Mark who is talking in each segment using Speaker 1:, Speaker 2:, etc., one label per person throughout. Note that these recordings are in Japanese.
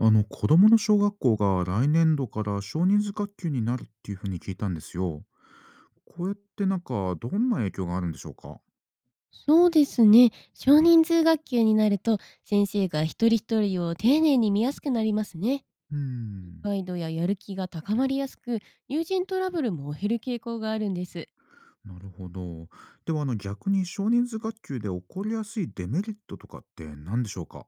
Speaker 1: 子供の小学校が来年度から少人数学級になるっていうふうに聞いたんですよ。こうやってなんかどんな影響があるんでしょうか？
Speaker 2: そうですね。少人数学級になると、先生が一人一人を丁寧に見やすくなりますね。
Speaker 1: うー
Speaker 2: 理
Speaker 1: ん。
Speaker 2: 解度ややる気が高まりやすく、友人トラブルも減る傾向があるんです。
Speaker 1: なるほど。では逆に少人数学級で起こりやすいデメリットとかって何でしょうか？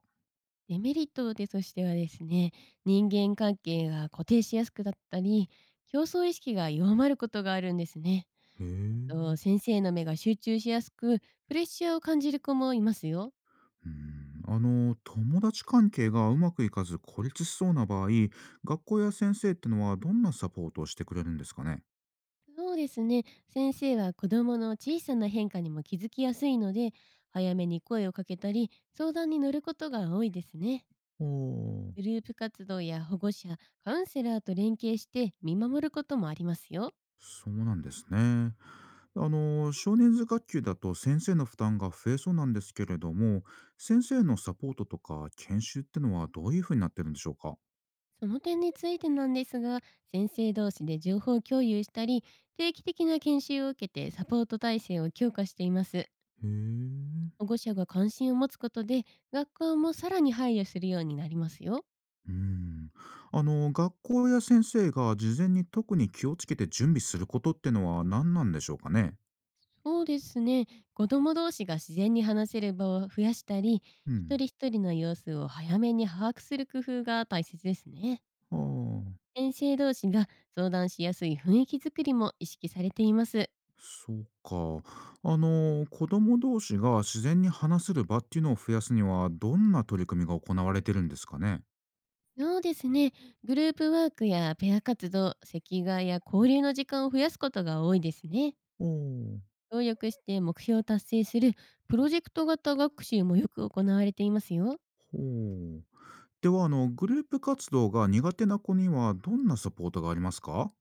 Speaker 2: デメリットでとしてはですね、人間関係が固定しやすくなったり、競争意識が弱まることがあるんですね。
Speaker 1: へえ。うー
Speaker 2: あと、
Speaker 1: ん。
Speaker 2: 先生の目が集中しやすく、プレッシャーを感じる子もいますよ。
Speaker 1: 友達関係がうまくいかず孤立しそうな場合、学校や先生ってのはどんなサポートをしてくれるんですかね？
Speaker 2: そうですね。先生は子供の小さな変化にも気づきやすいので、早めに声をかけたり、相談に乗ることが多いですね。
Speaker 1: おー。
Speaker 2: グループ活動や保護者、カウンセラーと連携して見守ることもありますよ。
Speaker 1: そうなんですね。少年図学級だと先生の負担が増えそうなんですけれども、先生のサポートとか研修ってのはどういうふうになってるんでしょうか？
Speaker 2: その点についてなんですが、先生同士で情報共有したり、定期的な研修を受けてサポート体制を強化しています。
Speaker 1: へえ。
Speaker 2: 保護者が関心を持つことで、学校もさらに配慮するようになりますよ。
Speaker 1: うん。学校や先生が事前に特に気をつけて準備することってのは何なんでしょうかね？
Speaker 2: そうですね。子供同士が自然に話せる場を増やしたり、
Speaker 1: う
Speaker 2: 一
Speaker 1: ん。
Speaker 2: 人一人の様子を早めに把握する工夫が大切ですね。
Speaker 1: ああ、
Speaker 2: 先生同士が相談しやすい雰囲気づくりも意識されています。
Speaker 1: そうか。子供同士が自然に話せる場っていうのを増やすにはどんな取り組みが行われてるんですかね？
Speaker 2: そうですね。グループワークやペア活動、席替えや交流の時間を増やすことが多いですね。
Speaker 1: おー。
Speaker 2: 協力して目標を達成するプロジェクト型学習もよく行われていますよ。
Speaker 1: ほう。では、グループ活動が苦手な子にはどんなサポートがありますか？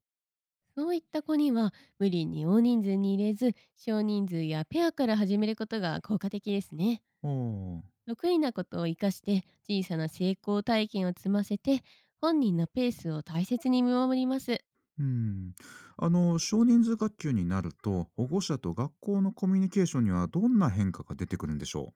Speaker 2: そういった子には、無理に大人数に入れず、少人数やペアから始めることが効果的ですね。
Speaker 1: ああ。
Speaker 2: 得意なことを活かして小さな成功体験を積ませて、本人のペースを大切に見守ります。
Speaker 1: うん。少人数学級になると、保護者と学校のコミュニケーションにはどんな変化が出てくるんでしょ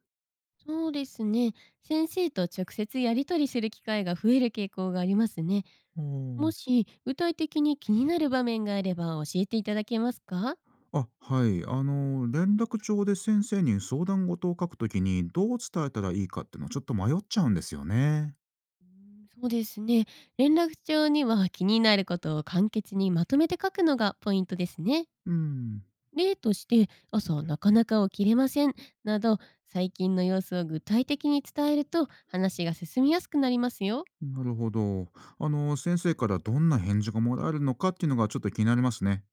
Speaker 2: そうですね。先生と直接やり取りする機会が増える傾向がありますね。
Speaker 1: う？お
Speaker 2: も
Speaker 1: ー。
Speaker 2: し具体的に気になる場面があれば、教えていただけますか？
Speaker 1: あ、はい。連絡帳で先生に相談事を書くときに、どう伝えたらいいかっていうのはちょっと迷っちゃうんですよね。
Speaker 2: そうですね。連絡帳には気になることを簡潔にまとめて書くのがポイントですね。
Speaker 1: うん。
Speaker 2: 例として、朝なかなか起きれませんなど、最近の様子を具体的に伝えると、話が進みやすくなりますよ。
Speaker 1: なるほど。先生からどんな返事がもらえるのかっていうのがちょっと気になりますね。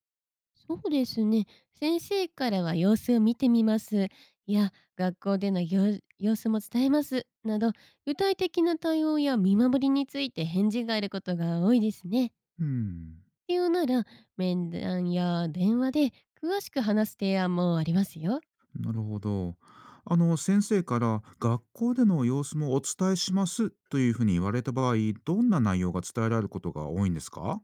Speaker 2: そうですね。先生からは、様子を見てみます。いや、学校での様様子も伝えます。など、具体的な対応や見守りについて返事があることが多いですね。
Speaker 1: うん。
Speaker 2: 必要なら、面談や電話で詳しく話す提案もありますよ。
Speaker 1: なるほど。先生から学校での様子もお伝えしますというふうに言われた場合、どんな内容が伝えられることが多いんですか？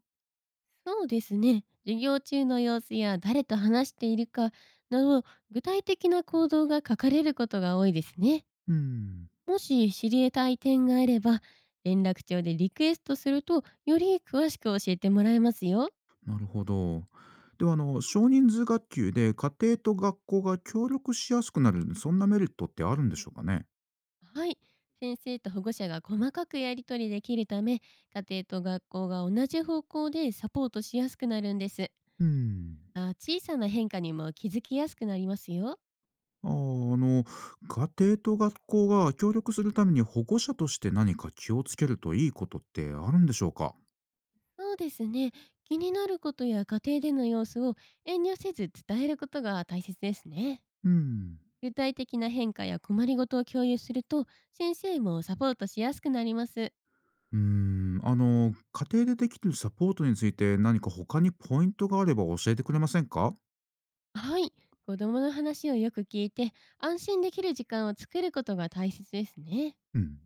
Speaker 2: そうですね。授業中の様子や誰と話しているかなど、具体的な行動が書かれることが多いですね。
Speaker 1: うん、
Speaker 2: もし知りたい点があれば、連絡帳でリクエストすると、より詳しく教えてもらえますよ。
Speaker 1: なるほど。では少人数学級で家庭と学校が協力しやすくなるそんなメリットってあるんでしょうかね？
Speaker 2: はい。先生と保護者が細かくやり取りできるため、家庭と学校が同じ方向でサポートしやすくなるんです。
Speaker 1: うん。
Speaker 2: また、小さな変化にも気づきやすくなりますよ。
Speaker 1: あー家庭と学校が協力するために保護者として何か気をつけるといいことってあるんでしょうか？
Speaker 2: そうですね。気になることや家庭での様子を遠慮せず伝えることが大切ですね。
Speaker 1: うん。
Speaker 2: 具体的な変化や困りごとを共有すると、先生もサポートしやすくなります。
Speaker 1: 家庭でできるサポートについて何か他にポイントがあれば教えてくれませんか？
Speaker 2: はい。子供の話をよく聞いて、安心できる時間を作ることが大切ですね。
Speaker 1: うん。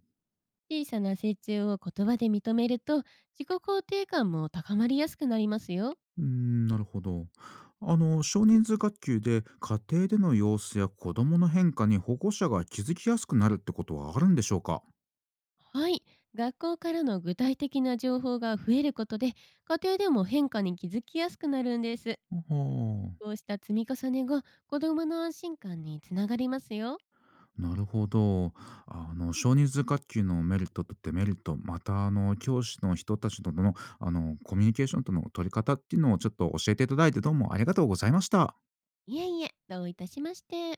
Speaker 2: 小さな成長を言葉で認めると、自己肯定感も高まりやすくなりますよ。
Speaker 1: うーん、なるほど。少人数学級で家庭での様子や子供の変化に保護者が気づきやすくなるってことはあるんでしょうか？
Speaker 2: はい。学校からの具体的な情報が増えることで、家庭でも変化に気づきやすくなるんです。
Speaker 1: は
Speaker 2: こ
Speaker 1: あ。
Speaker 2: うした積み重ねが子供の安心感につながりますよ。
Speaker 1: なるほど。少人数学級のメリットとデメリット、また、教師の人たちとの、コミュニケーションとの取り方っていうのをちょっと教えていただいてどうもありがとうございました。
Speaker 2: いえいえ、どういたしまして。